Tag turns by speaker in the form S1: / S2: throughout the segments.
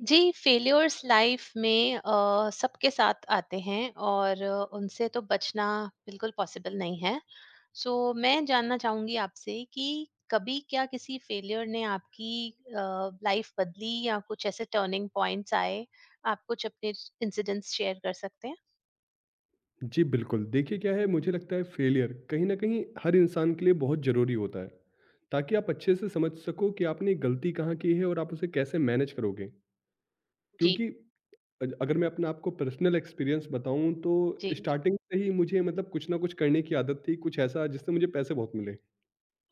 S1: जी, failures life में सबके साथ आते हैं और उनसे तो बचना बिल्कुल पॉसिबल नहीं है। सो मैं जानना चाहूँगी आपसे कि कभी क्या किसी फेल्योर ने आपकी लाइफ बदली या कुछ ऐसे टर्निंग पॉइंट्स आए? आप कुछ अपने इंसिडेंट्स शेयर कर सकते हैं?
S2: जी, बिल्कुल। देखिए क्या है, मुझे लगता है फेलियर कहीं न कहीं हर इंसान के लिए बहुत ज़रूरी होता है, ताकि आप अच्छे से समझ सको कि आपने गलती कहाँ की है और आप उसे कैसे मैनेज करोगे।
S1: जी,
S2: क्योंकि अगर मैं अपना आपको पर्सनल एक्सपीरियंस बताऊँ तो
S1: जी।
S2: स्टार्टिंग से ही मुझे, मतलब कुछ ना कुछ करने की आदत थी, कुछ ऐसा जिससे मुझे पैसे बहुत मिले।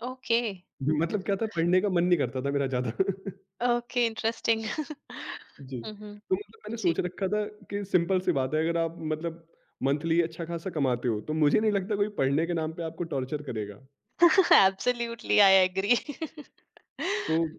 S1: ओके।
S2: मतलब क्या था, पढ़ने का मन नहीं करता था मेरा ज़्यादा।
S1: Okay, interesting.
S2: जी,
S1: हुँ, हुँ।
S2: तो मतलब मैंने
S1: जी।
S2: सोच रखा था कि सिंपल सी बात है, अगर आप मतलब मंथली अच्छा-खासा कमाते हो, तो मुझे नहीं लगता कोई पढ़ने के नाम पे आपको टॉर्चर करेगा।
S1: Absolutely I agree.
S2: तो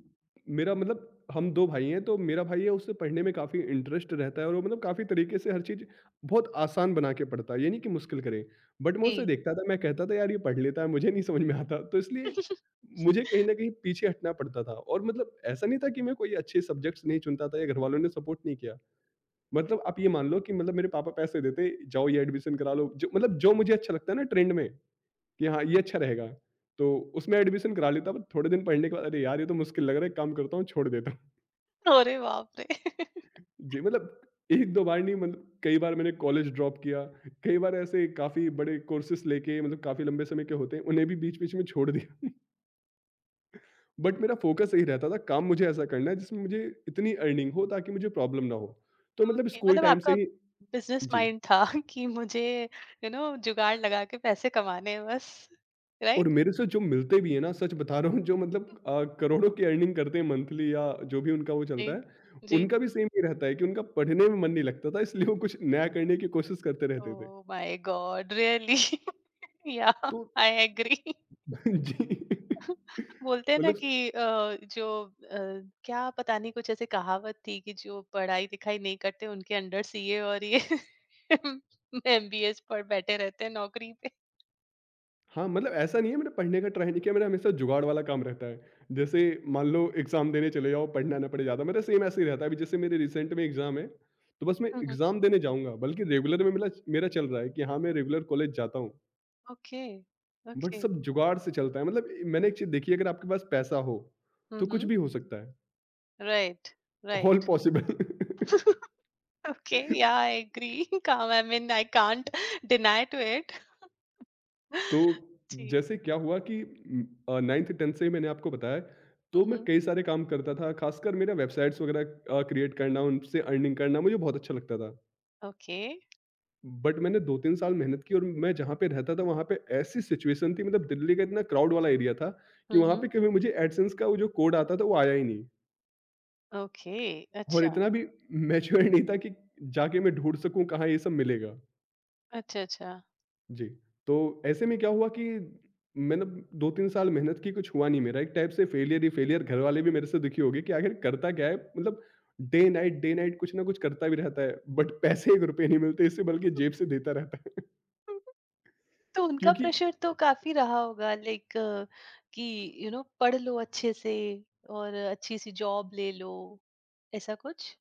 S2: मेरा मतलब, हम 2 भाई हैं, तो मेरा भाई है, उसे पढ़ने में काफ़ी इंटरेस्ट रहता है, और वो मतलब काफ़ी तरीके से हर चीज़ बहुत आसान बना के पढ़ता है, ये नहीं कि मुश्किल करे। बट मैं उसे
S1: जी।
S2: देखता था, मैं कहता था यार, ये पढ़ लेता है, मुझे नहीं समझ में आता। तो इसलिए मुझे कहीं न कहीं पीछे हटना पड़ता था, और मतलब ऐसा नहीं था कि मैं कोई अच्छे सब्जेक्ट्स नहीं चुनता था या घरवालों ने सपोर्ट नहीं किया। मतलब आप ये मान लो कि मतलब मेरे पापा पैसे देते, जाओ ये एडमिशन करा लो, जो मतलब जो मुझे अच्छा लगता है ना ट्रेंड में, कि हाँ, ये अच्छा रहेगा। तो उसमें एडमिशन करा लेता, बट थोड़े दिन पढ़ने के बाद, अरे यार! ये तो मुश्किल लग रहा है, एक काम करता हूँ, छोड़ देता हूँ।
S1: अरे बाप रे!
S2: जी, मतलब 1-2 बार नहीं, मतलब कई बार मैंने कॉलेज ड्रॉप किया, कई बार ऐसे काफ़ी बड़े कोर्सेस लेके, मतलब काफ़ी लंबे समय के होते हैं, उन्हें भी बीच-बीच में छोड़ दिया। बट मेरा फ़ोकस यही रहता था, काम मुझे ऐसा करना है जिसमें मुझे इतनी अर्निंग हो ताकि मुझे प्रॉब्लम ना हो। तो मतलब
S1: ओके,
S2: स्कूल
S1: मतलब
S2: टाइम से
S1: आपका
S2: ही।
S1: बिजनेस
S2: जी।
S1: माइंड था कि मुझे जुगाड़ लगा के पैसे कमाने हैं बस।
S2: और
S1: राइट।
S2: मेरे से जो मिलते भी हैं ना, सच बता रहा हूँ, जो मतलब करोड़ों की अर्निंग करते हैं मंथली, या जो भी उनका वो
S1: जी,
S2: चलता है,
S1: जी।
S2: उनका भी सेम ये रहता है कि उनका पढ़ने में मन नहीं लगता था, इसलिए वो कुछ नया करने की कोशिश करते
S1: ओ
S2: रहते थे।
S1: My god, really! या,
S2: तो
S1: आई एग्री।
S2: जी।
S1: बोलते हैं ना
S2: मतलब
S1: कि जो क्या पता नहीं कुछ ऐसे कहावत थी कि जो पढ़ाई लिखाई नहीं करते उनके अंडर सीए और ये एमबीएस पर बैठे रहते हैं नौकरी पे।
S2: हाँ, मतलब ऐसा नहीं है मैंने पढ़ने का ट्राई नहीं किया, मेरा हमेशा जुगाड़ वाला काम रहता है। जैसे मान लो एग्ज़ाम देने चले जाओ, पढ़ना ना पड़े ज़्यादा, मेरा सेम ऐसे ही रहता है। अभी जैसे मेरे रिसेंट में एग्ज़ाम है, तो बस मैं
S1: हम्म।
S2: एग्ज़ाम देने जाऊँगा, बल्कि रेगुलर में मिला, मेरा चल रहा है कि हाँ, मैं रेगुलर कॉलेज जाता हूँ।
S1: Okay,
S2: but
S1: okay.
S2: सब जुगाड़ से चलता है, मतलब मैंने एक चीज़ देखी है, अगर आपके पास पैसा हो, तो कुछ
S1: हम्म।
S2: भी हो सकता है,
S1: right,
S2: all
S1: right.
S2: Possible.
S1: Okay, yeah, I agree. Calm. I mean, I can't deny to it.
S2: तो
S1: जी।
S2: जैसे क्या हुआ कि 9th-10th से ही मैंने आपको बताया, तो मैं
S1: हुँ।
S2: कई सारे काम करता था, खासकर मेरा वेबसाइट्स वगैरह क्रिएट करना, उनसे अर्निंग करना मुझे बहुत अच्छा लगता था।
S1: ओके।
S2: बट मैंने 2-3 साल मेहनत की, और मैं जहाँ पे रहता था वहाँ पे ऐसी सिचुएशन थी, मतलब दिल्ली का इतना क्राउड वाला एरिया था, कि
S1: हुँ,
S2: वहाँ
S1: हुँ।
S2: पे कभी मुझे एडसेंस का वो जो कोड आता था वो आया ही नहीं।
S1: ओके।
S2: और
S1: अच्छा,
S2: इतना भी मैच्योर नहीं था कि जाके मैं ढूँढ सकूँ कहाँ ये सब मिलेगा।
S1: अच्छा, अच्छा।
S2: जी, तो ऐसे में क्या हुआ कि मैंने 2-3 साल मेहनत की, कुछ हुआ नहीं मेरा, एक टाइप से फेलियर ही फेलियर, घरवाले भी मेरे से दुखी हो गए कि आखिर करता क्या है? मतलब डे नाइट कुछ ना कुछ करता भी रहता है, बट पैसे 1 रुपए नहीं मिलते इससे, बल्कि जेब से देता रहता है।
S1: तो उनका
S2: क्योंकि
S1: प्रेशर तो काफ़ी रहा होगा, लाइक कि पढ़ लो अच्छे से और अच्छी सी जॉब ले लो, ऐसा कुछ?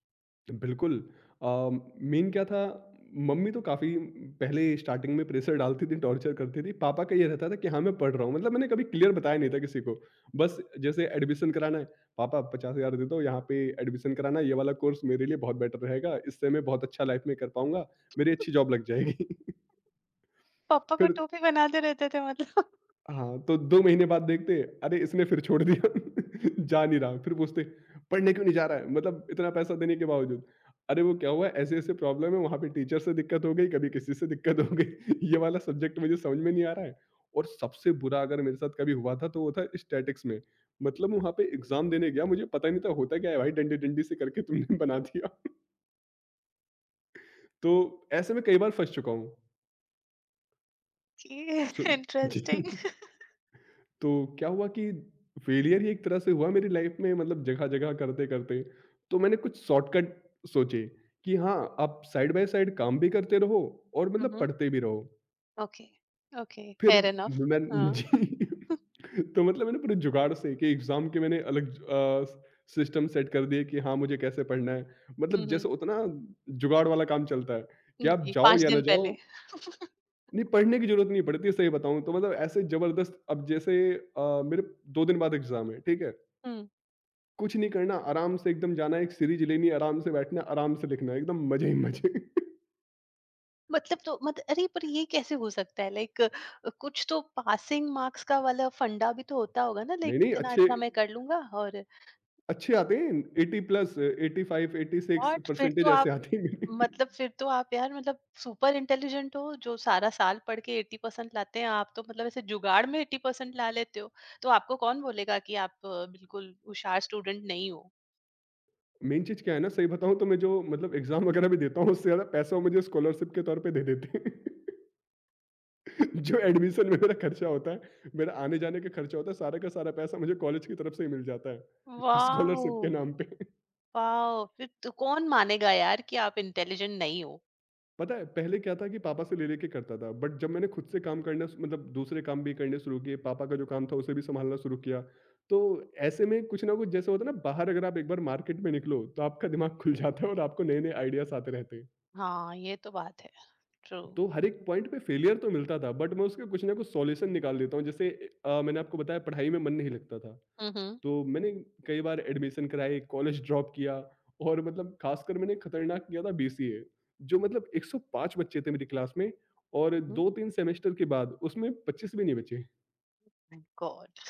S2: बिल्कुल। अ, मेन क्या था, मम्मी तो काफ़ी पहले स्टार्टिंग में प्रेशर डालती थी, टॉर्चर करती थी। पापा का ये रहता था कि हाँ, मैं पढ़ रहा हूँ। मतलब मैंने कभी क्लियर बताया नहीं था किसी को। बस जैसे एडमिशन कराना है, पापा 50,000 दे दो यहाँ पे एडमिशन कराना है, ये वाला कोर्स मेरे लिए बहुत बेटर रहेगा। इससे मैं बहुत अच्छा लाइफ में कर पाऊँगा, मेरी अच्छी जॉब लग जाएगी।
S1: पापा को
S2: फिर
S1: टोपी बनाते रहते थे मतलब।
S2: हाँ, तो 2 महीने बाद देखते, अरे, इसने फिर छोड़ दिया। जा नहीं रहा, फिर पूछते पढ़ने क्यों नहीं जा रहा है? मतलब इतना पैसा देने के बावजूद। अरे वो क्या हुआ, ऐसे-ऐसे प्रॉब्लम है, वहाँ पे टीचर से दिक्कत हो गई, कभी किसी से दिक्कत हो गई। ये वाला सब्जेक्ट मुझे समझ में नहीं आ रहा है। और सबसे बुरा अगर मेरे साथ कभी हुआ था, तो वो था स्टैटिक्स में। मतलब वहाँ पे एग्ज़ाम देने गया, मुझे पता नहीं था होता क्या है, भाई डंडे-डंडी से करके तुमने बना दिया। तो ऐसे में कई बार फँस चुका हूँ।
S1: ओके,
S2: सुन जी।
S1: इंटरेस्टिंग।
S2: तो क्या हुआ कि फेलियर ही एक तरह से हुआ मेरी लाइफ में, मतलब जगह-जगह, करते-करते। तो मैंने कुछ शॉर्टकट सोचे, कि हाँ, आप साइड बाय साइड काम भी करते रहो और
S1: हुँ,
S2: मतलब
S1: हुँ।
S2: पढ़ते भी रहो।
S1: ओके, ओके,
S2: फिर
S1: फेयर इनफ।
S2: मैं
S1: हाँ।
S2: जी, तो मतलब मैंने पूरे जुगाड़ से कि एग्ज़ाम के मैंने अलग सिस्टम सेट कर दिए कि हाँ, मुझे कैसे पढ़ना है।
S1: हुँ,
S2: मतलब
S1: हुँ।
S2: जैसे होता है ना जुगाड़ वाला काम चलता है कि आप
S1: जी,
S2: जाओ
S1: 5
S2: या ना
S1: दिन
S2: जाओ,
S1: पहले।
S2: नहीं पढ़ने की ज़रूरत नहीं पड़ती है, सही बताऊँ तो मतलब ऐसे ज़बरदस्त, अब जैसे मेरे 2 दिन बाद एग्ज़ाम है, ठीक है?
S1: हुँ।
S2: कुछ नहीं करना, आराम से एकदम जाना, एक सीरीज़ लेनी, आराम से बैठना, आराम से लिखना, एकदम मज़े ही मज़े।
S1: मतलब तो मत अरे पर ये कैसे हो सकता है, लाइक कुछ तो पासिंग मार्क्स का वाला फंडा भी तो होता होगा ना, लाइक
S2: नहीं, नहीं,
S1: इतना
S2: अच्छे
S1: इतना मैं कर लूंगा और
S2: अच्छे आते हैं, 80 प्लस, 85, 86
S1: व्हाट फिर
S2: परसेंटेज
S1: तो आप
S2: ऐसे आते हैं मेरे।
S1: मतलब फिर तो आप यार मतलब सुपर इंटेलिजेंट हो जो सारा साल पढ़ के एट्टी परसेंट लाते हैं आप, तो मतलब ऐसे जुगाड़ में एट्टी परसेंट ला लेते हो, तो आपको कौन बोलेगा कि आप बिल्कुल होशियार स्टूडेंट नहीं हो।
S2: मेन चीज़ क्या है ना, सही बताऊँ तो मैं जो मतलब एग्ज़ाम वग़ैरह भी देता हूँ, उससे ज़्यादा पैसा वो मुझे स्कॉलरशिप के तौर पे दे देते हैं। जो एडमिशन में मेरा खर्चा होता है, मेरा आने-जाने का खर्चा होता है, सारा का सारा पैसा मुझे कॉलेज की तरफ से ही मिल जाता है,
S1: वाह।
S2: स्कॉलरशिप के नाम पे।
S1: वाह, फिर तो कौन मानेगा यार कि आप इंटेलिजेंट नहीं हो।
S2: पता है पहले क्या था कि पापा से ले लेके करता था, बट जब मैंने खुद से काम करना, मतलब दूसरे काम भी करने शुरू किए, पापा का जो काम था उसे भी संभालना शुरू किया, तो ऐसे में कुछ ना कुछ, जैसे होता है ना, बाहर अगर आप एक बार मार्केट में निकलो तो आपका दिमाग खुल जाता है, और आपको नए नए आइडियाज आते रहते हैं।
S1: हाँ, ये तो बात है। ट्रू।
S2: तो हर एक पॉइंट पे फेलियर तो मिलता था, बट मैं उसके कुछ ना कुछ सॉल्यूशन निकाल देता हूँ। जैसे मैंने आपको बताया पढ़ाई में मन नहीं लगता था,
S1: हम्म।
S2: तो मैंने कई बार एडमिशन कराए, कॉलेज ड्रॉप किया, और मतलब खासकर मैंने खतरनाक किया था बीसीए, जो मतलब 105 बच्चे थे मेरी क्लास में, और
S1: हम्म।
S2: 2-3 सेमेस्टर के बाद उसमें 25 भी नहीं बचे।
S1: My god!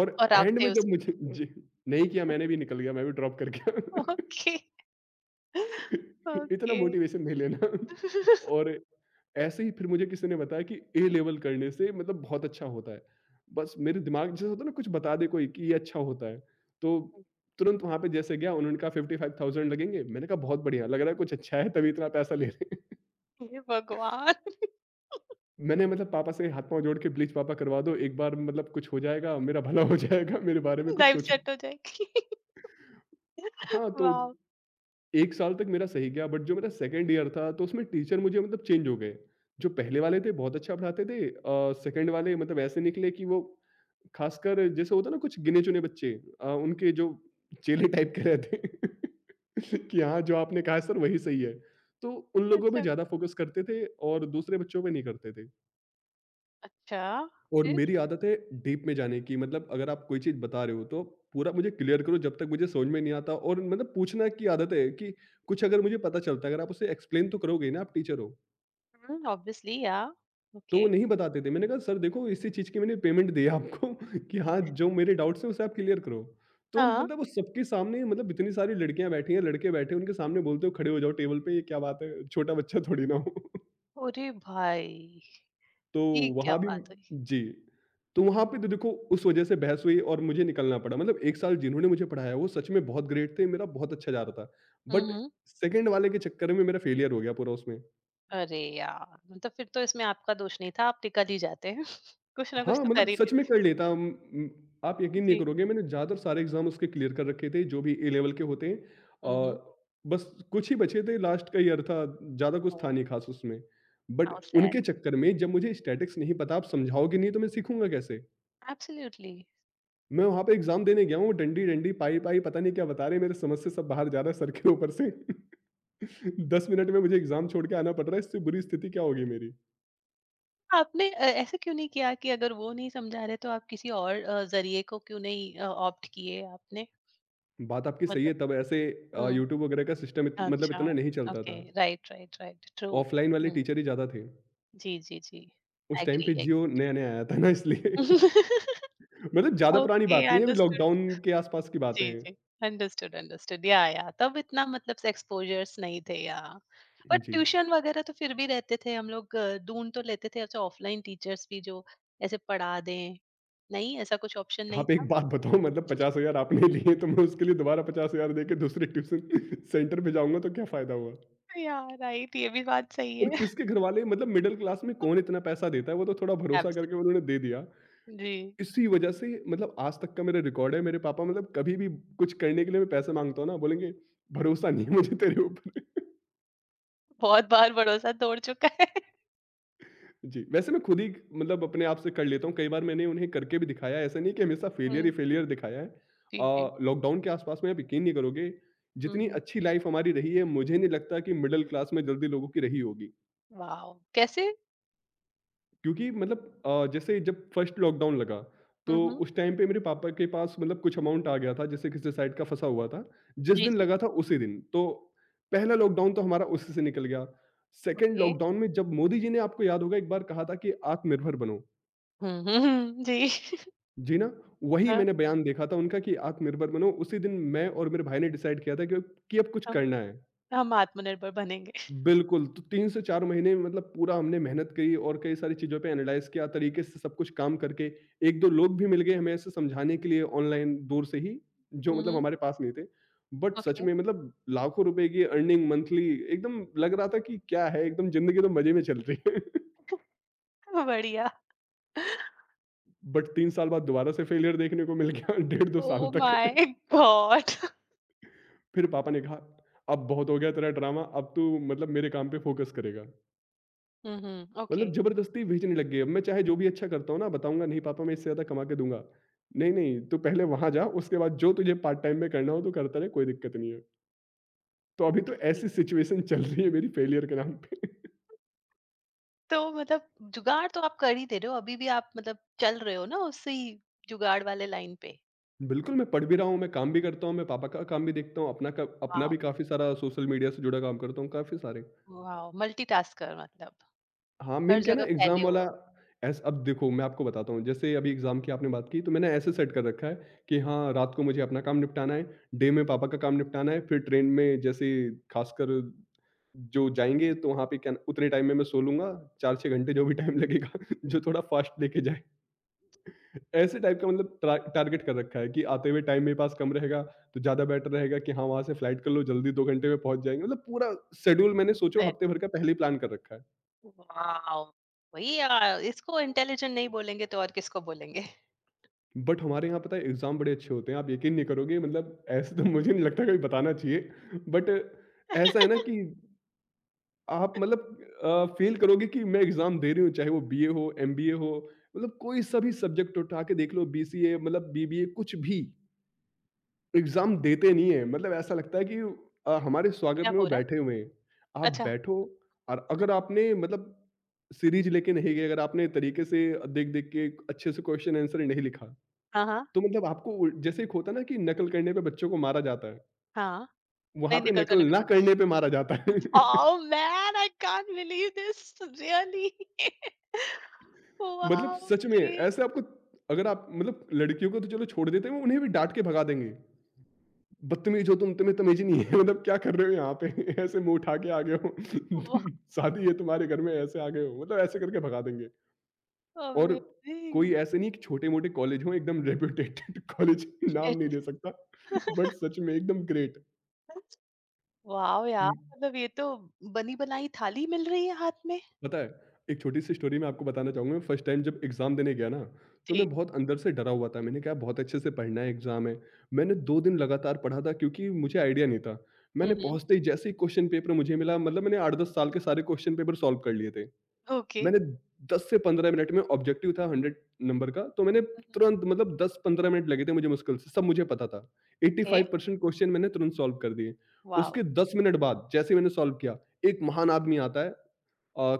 S2: और
S1: और आप
S2: एंड
S1: थे
S2: में जब
S1: उसमें।
S2: मुझे, जी, नहीं किया, मैंने भी निकल गया, मैं भी ड्रॉप कर गया।
S1: ओके,
S2: इतना
S1: ओके।
S2: मोटिवेशन नहीं लेना। और ऐसे ही फिर मुझे किसी ने बताया कि ए लेवल करने से मतलब बहुत अच्छा होता है। बस मेरे दिमाग, जैसे होता है ना, कुछ बता दे कोई कि ये अच्छा होता है। तो तुरंत वहाँ पे जैसे गया, उन्होंने कहा 55,000 लगेंगे। मैंने कहा बहुत बढ़िया लग रहा है, कुछ अच्छा है तभी इतना पैसा ले रहे हैं।
S1: हे भगवान!
S2: मैंने मतलब पापा से हाथ पाँव जोड़ के, "प्लीज़ पापा, करवा दो एक बार, मतलब कुछ हो जाएगा, मेरा भला हो जाएगा, मेरे बारे में कुछ
S1: लाइफ़
S2: सोचो।"
S1: सेट हो जाएगी।
S2: हाँ, तो
S1: वॉव!
S2: 1 साल तक मेरा सही गया, बट जो मेरा सेकंड ईयर था, तो उसमें टीचर मुझे मतलब चेंज हो गए। जो पहले वाले थे बहुत अच्छा पढ़ाते थे, सेकंड वाले मतलब ऐसे निकले कि वो खासकर जैसे होता है ना, कुछ गिने-चुने बच्चे, उनके जो चेले टाइप के रहते हैं। कि हाँ, जो आपने कहा है सर वही सही है। तो उन लोगों पे
S1: अच्छा।
S2: ज़्यादा फ़ोकस करते थे और दूसरे बच्चों पे नहीं करते थे।
S1: अच्छा,
S2: और
S1: फिर?
S2: मेरी आदत है डीप में जाने की, मतलब अगर आप कोई चीज़ बता रहे हो, तो पूरा मुझे क्लियर करो, जब तक मुझे समझ में नहीं आता। और मतलब पूछना की आदत है कि कुछ अगर मुझे पता चलता है, अगर आप उसे एक्सप्लेन तो करोगे ना, आप टीचर हो।
S1: हुँ, ऑब्वियसली। या,
S2: तो
S1: ओके।
S2: वो नहीं बताते थे, मैंने कहा सर देखो, इसी चीज़ की मैंने पेमेंट दी है आपको। कि हाँ, जो मेरे डाउट्स हैं उसे आप क्लियर करो। तो
S1: हाँ।
S2: मतलब वो सबके सामने, मतलब इतनी सारी लड़कियां बैठी हैं, लड़के बैठे हैं, उनके सामने बोलते हो खड़े हो जाओ टेबल पे, ये क्या बात है, छोटा बच्चा थोड़ी ना हो।
S1: अरे भाई!
S2: तो
S1: ये क्या
S2: वहाँ भी
S1: बात हुई?
S2: जी। तो वहाँ पे तो देखो, उस वज़ह से बहस हुई और मुझे निकलना पड़ा, मतलब 1 साल जिन्होंने मुझे पढ़ाया वो सच में बहुत ग्रेट थे, मेरा बहुत अच्छा जा रहा था।
S1: हुँ,
S2: बट
S1: हुँ।
S2: सेकंड वाले के चक्कर में मेरा फेलियर हो गया पूरा उसमें।
S1: अरे यार! मतलब फिर तो इसमें आपका दोष नहीं था, आप निकल ही जाते। हैं। कुछ ना कुछ
S2: हाँ,
S1: तो कर
S2: मतलब
S1: ही
S2: सच में
S1: देते।
S2: कर लेता, आप यकीन नहीं
S1: जी।
S2: करोगे, मैंने ज़्यादातर सारे एग्ज़ाम उसके क्लियर कर रखे थे जो भी ए लेवल के होते हैं,
S1: हुँ, हुँ।
S2: और बस कुछ ही बचे थे लास्ट का ईयर था, ज़्यादा कुछ था
S1: ओह!
S2: नहीं ख़ास उसमें। But
S1: how sad.
S2: उनके चक्कर में जब मुझे स्टैटिक्स नहीं पता आप समझाओगे नहीं तो मैं सीखूँगा कैसे?
S1: एब्सोल्युटली।
S2: मैं वहाँ पे एग्ज़ाम देने गया हूँ, वो डंडी-डंडी, पाई-पाई पता नहीं क्या बता रहे हैं, मेरे समझ से सब बाहर जा रहा है सर के ऊपर से। 10 मिनट में मुझे एग्ज़ाम छोड़ के आना पड़ रहा है, इससे बुरी स्थिति क्या होगी मेरी?
S1: आपने ऐसा क्यों नहीं किया कि अगर वो नहीं समझा रहे तो आप किसी और ज़रिए को क्यों नहीं ऑप्ट किए आपने?
S2: बात आपकी सही
S1: मतलब।
S2: है, तब ऐसे
S1: हुँ,
S2: यूट्यूब वगैरह का सिस्टम इत मतलब
S1: अच्छा,
S2: इतना नहीं चलता
S1: ओके,
S2: था।
S1: Right, right, right, true.
S2: Offline वाले
S1: हुँ,
S2: टीचर ही ज़्यादा थे।
S1: जी, जी, जी,
S2: उस टाइम
S1: एग्री,
S2: पे जियो
S1: एग्रीड।
S2: नया-नया आया था ना इसलिए। मतलब ज़्यादा पुरानी
S1: ओके,
S2: बात नहीं है, अभी
S1: अंडरस्टूड।
S2: लॉकडाउन के आस-पास की बात है।
S1: जी, जी। अंडरस्टूड, अंडरस्टूड, या, तब इतना मतलब एक्सपोज़र्स नहीं थे या बट
S2: जी।
S1: ट्यूशन वगैरह तो फिर भी रहते थे, हम लोग ढूँढ तो लेते थे ऐसे ऑफ़लाइन टीचर्स भी जो ऐसे पढ़ा दें। नहीं, ऐसा कुछ ऑप्शन नहीं
S2: आप
S1: था?
S2: एक बात बताओ मतलब 50,000 आपने लिए, तो मैं उसके लिए दोबारा 50,000 देके दूसरे ट्यूशन सेंटर पे जाऊँगा तो क्या फ़ायदा हुआ?
S1: या, राइट, ये भी बात सही
S2: और
S1: है।
S2: किसके घरवाले मतलब मिडल क्लास में कौन इतना पैसा देता है, वो तो थोड़ा भरोसा
S1: एब्सोल्यूट।
S2: करके उन्होंने दे दिया।
S1: जी,
S2: इसी वजह से मतलब आज तक का मेरा रिकॉर्ड है, मेरे पापा मतलब कभी भी कुछ करने के लिए मैं पैसे माँगता हूँ ना, बोलेंगे भरोसा नहीं है मुझे तेरे ऊपर।
S1: बहुत बार भरोसा तोड़ चुका है।
S2: जी, वैसे मैं खुद ही मतलब अपने आप से कर लेता हूँ, कई बार मैंने उन्हें करके भी दिखाया है, ऐसा नहीं है कि हमेशा फेलियर ही
S1: हुँ,
S2: फेलियर दिखाया है।
S1: जी, जी।
S2: लॉकडाउन के आसपास में आप यकीन नहीं करोगे,
S1: हुँ,
S2: जितनी
S1: हुँ।
S2: अच्छी लाइफ हमारी रही है, मुझे नहीं लगता कि मिडल क्लास में जल्दी लोगों की रही होगी।
S1: वाओ! कैसे?
S2: क्योंकि मतलब जैसे जब फर्स्ट लॉकडाउन लगा तो
S1: हुँ, हुँ।
S2: उस टाइम पे मेरे पापा के पास मतलब कुछ अमाउंट आ गया था जैसे किसी साइड का फंसा हुआ था जिस
S1: जी,
S2: दिन
S1: जी।
S2: लगा था उसी दिन तो पहला लॉकडाउन तो हमारा उसी से निकल गया सेकेंड
S1: ओके।
S2: लॉकडाउन में जब मोदी जी ने आपको याद होगा एक बार कहा था कि आत्मनिर्भर बनो
S1: हुँ, हुँ, हुँ, जी।
S2: जी ना वही
S1: हाँ।
S2: मैंने बयान देखा था उनका कि आत्मनिर्भर बनो उसी दिन मैं और मेरे भाई ने डिसाइड किया था कि अब कुछ
S1: हम
S2: करना है
S1: हम आत्मनिर्भर बनेंगे।
S2: बिल्कुल, तो 3 से 4 महीने में मतलब पूरा हमने मेहनत करी और कई सारी चीज़ों पे एनालाइज़ किया, तरीके से सब कुछ काम करके 1-2 लोग भी मिल गए हमें ऐसे समझाने के लिए ऑनलाइन दूर से ही, जो
S1: हुँ,
S2: मतलब
S1: हुँ।
S2: हमारे पास नहीं थे। बट सच
S1: ओके।
S2: में मतलब लाखों रुपए की अर्निंग मंथली एकदम लग रहा था कि क्या है, एकदम ज़िंदगी तो मज़े में चल रही है।
S1: बढ़िया।
S2: बट 3 साल बाद दोबारा से फेलियर देखने को मिल गया, डेढ़ 2 साल
S1: ओह
S2: तक।
S1: My god!
S2: फिर पापा ने कहा, "अब बहुत हो गया तेरा ड्रामा, अब तू मतलब मेरे काम पे फ़ोकस करेगा।"
S1: हुँ, हुँ। ओके,
S2: मतलब ज़बरदस्ती भेजने लग गए। अब मैं चाहे जो भी अच्छा करता हूँ ना, बताऊँगा नहीं पापा मैं इससे ज़्यादा कमा के दूँगा। नहीं, नहीं तू पहले वहाँ जा उसके बाद जो तुझे पार्ट टाइम में करना हो तो करता रह कोई दिक्कत नहीं है। तो अभी तो
S1: ओके।
S2: ऐसी सिचुएशन चल रही है मेरी फेलियर के नाम पे।
S1: तो मतलब जुगाड़ तो आप कर ही दे रहे हो, अभी भी आप मतलब चल रहे हो ना उसी जुगाड़ वाले लाइन पे।
S2: बिल्कुल मैं पढ़ भी रहा हूँ, मैं काम भी करता हूँ, मैं पापा का काम भी देखता हूँ, अपना का अपना
S1: वाओ!
S2: भी काफ़ी सारा सोशल मीडिया से जुड़ा काम करता हूँ, काफ़ी सारे।
S1: वाओ! मल्टीटास्कर मतलब।
S2: हाँ,
S1: हर
S2: मेन क्या है
S1: जगह
S2: ना
S1: फैले
S2: एग्ज़ाम
S1: हुए
S2: वाला
S1: हो।
S2: ऐस अब देखो मैं आपको बताता हूँ, जैसे अभी एग्ज़ाम की आपने बात की तो मैंने ऐसे सेट कर रखा है कि हाँ, रात को मुझे अपना काम निपटाना है, डे में पापा का काम निपटाना है, फिर ट्रेन में जैसे खासकर जो जाएँगे तो वहाँ पे क्या न उतने टाइम में मैं सो लूँगा, 4-6 घंटे जो भी टाइम लगेगा जो थोड़ा फ़ास्ट लेके जाए। ऐसे टाइप का मतलब ट्रा टारगेट कर रखा है कि आते हुए टाइम मेरे पास कम रहेगा, तो ज़्यादा बेटर रहेगा कि हाँ, वहाँ से फ्लाइट कर लो जल्दी 2 घंटे में पहुँच जाएँगे। मतलब पूरा शेड्यूल मैंने सोचो
S1: फिर
S2: हफ्ते भर का पहले ही प्लान कर रखा है।
S1: वाओ! वही इसको इंटेलिजेंट नहीं बोलेंगे तो और किसको बोलेंगे?
S2: बट हमारे यहाँ पता है एग्ज़ाम बड़े अच्छे होते हैं, आप यकीन नहीं करोगे मतलब ऐसे तो मुझे नहीं लगता कभी बताना चाहिए बट ऐसा है ना कि आप मतलब फ़ील करोगे कि मैं एग्ज़ाम दे रही हूँ, चाहे वो बीए हो, एमबीए हो, मतलब कोई सा भी सब्जेक्ट उठा के देख लो बीसीए मतलब बीबीए कुछ भी, एग्ज़ाम देते नहीं हैं। मतलब ऐसा लगता है कि हमारे स्वागत
S1: क्या
S2: में
S1: हो
S2: वो
S1: रहा है?
S2: बैठे हुए हैं। आप
S1: अच्छा।
S2: बैठो और अगर आपने मतलब सीरीज़ लेके नहीं गए, अगर आपने तरीके से देख-देख के अच्छे से क्वेश्चन आंसर नहीं लिखा,
S1: हाँ, हाँ,
S2: तो मतलब आपको उल जैसे एक होता है ना कि नकल करने पे बच्चों को मारा जाता है,
S1: हाँ। नहीं
S2: वहाँ पे
S1: निकल
S2: नकल
S1: जाने पे
S2: ना
S1: बात।
S2: करने पे मारा जाता है।
S1: Wow man! I can't believe this, really.
S2: मतलब
S1: वाओ,
S2: सच में
S1: ग्रेट!
S2: ऐसे आपको अगर आप मतलब लड़कियों को तो चलो छोड़ देते हैं, वो उन्हें भी डाँट के भगा देंगे। बदतमीज़ हो तुम, तुम्हें तमीज़ ही नहीं है मतलब क्या कर रहे हो यहाँ पे? ऐसे मुँह उठा के आ गए हो।
S1: वाओ,
S2: तुम शादी है तुम्हारे घर में ऐसे आ गए हो, मतलब ऐसे करके भगा देंगे। और
S1: अमेजिंग!
S2: कोई ऐसे नहीं कि छोटे-मोटे कॉलेज हों एकदम रेप्यूटेड कॉलेज नाम नहीं
S1: शिट!
S2: ले सकता, बट सच में एकदम ग्रेट।
S1: वाओ यार!
S2: हुँ।
S1: मतलब ये तो बनी-बनाई थाली मिल रही है हाथ में?
S2: पता है, एक छोटी-सी स्टोरी मैं आपको बताना चाहूँगा, फर्स्ट टाइम जब एग्ज़ाम देने गया ना, तो
S1: जी।
S2: मैं बहुत अंदर से डरा हुआ था, मैंने कहा बहुत अच्छे से पढ़ना है, एग्ज़ाम है। मैंने 2 दिन लगातार पढ़ा था क्योंकि मुझे आइडिया नहीं था।
S1: हुँ,
S2: मैंने
S1: हुँ।
S2: पहुँचते ही जैसे ही क्वेश्चन पेपर मुझे मिला मतलब मैंने 8-10 साल के सारे क्वेश्चन पेपर सॉल्व कर लिए थे।
S1: ओके।
S2: मैंने 10 से 15 मिनट में ऑब्जेक्टिव था 100 नंबर का तो मैंने
S1: हुँ, हुँ।
S2: तुरंत मतलब 10-15 मिनट लगे थे मुझे मुश्किल से, सब मुझे पता था।
S1: ओके।
S2: 85% क्वेश्चन मैंने तुरंत सॉल्व कर दिए।
S1: वाओ!
S2: उसके 10 मिनट बाद जैसे ही मैंने सॉल्व किया, एक महान आदमी आता है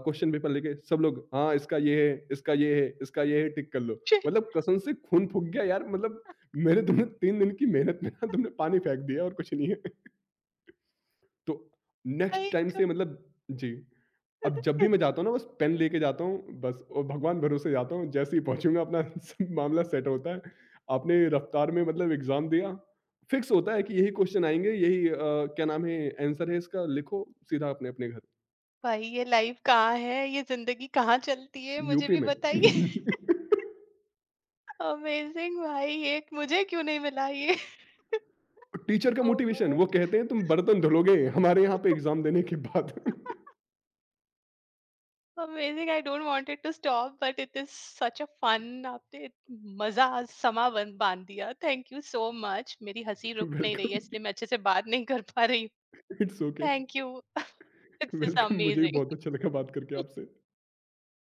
S2: क्वेश्चन पेपर लेके सब लोग हाँ, इसका ये है, इसका ये है, इसका ये है टिक कर लो।
S1: शिट!
S2: मतलब कसम से खून फूक गया यार मतलब मेरे तुमने 3 दिन की मेहनत में ना तुमने पानी फेंक दिया और कुछ नहीं है। तो नेक्स्ट टाइम
S1: लाइक।
S2: से मतलब जी। अब जब भी मैं जाता हूँ ना बस पेन लेके जाता हूँ बस और भगवान भरोसे जाता हूँ जैसे ही पहुँचूँगा अपना सब मामला सेट होता है। आपने रफ्तार में मतलब एग्ज़ाम दिया, फिक्स होता है कि यही क्वेश्चन आएँगे यही क्या नाम है आंसर है इसका लिखो सीधा अपने-अपने घर,
S1: भाई ये लाइफ कहाँ है? ये ज़िंदगी कहाँ चलती है? मुझे
S2: यूपी
S1: भी
S2: में।
S1: बताइए। अमेज़िंग भाई, ये मुझे क्यों नहीं मिला ये?
S2: टीचर का
S1: ओह
S2: मोटिवेशन वो
S1: गॉड!
S2: कहते हैं तुम बर्तन धुलोगे हमारे यहाँ पे एग्ज़ाम देने के बाद।
S1: Amazing, I don't want it to stop, but it is such a fun. आपने मज़ा समा बन बाँध दिया। Thank you so much. मेरी हँसी रुक नहीं रही है
S2: वेलकम
S1: इसलिए मैं अच्छे से बात नहीं कर पा रही हूँ।
S2: It's okay
S1: thank you. This is
S2: welcome मुझे भी
S1: अमेज़िंग।
S2: बहुत अच्छा लगा बात करके आपसे।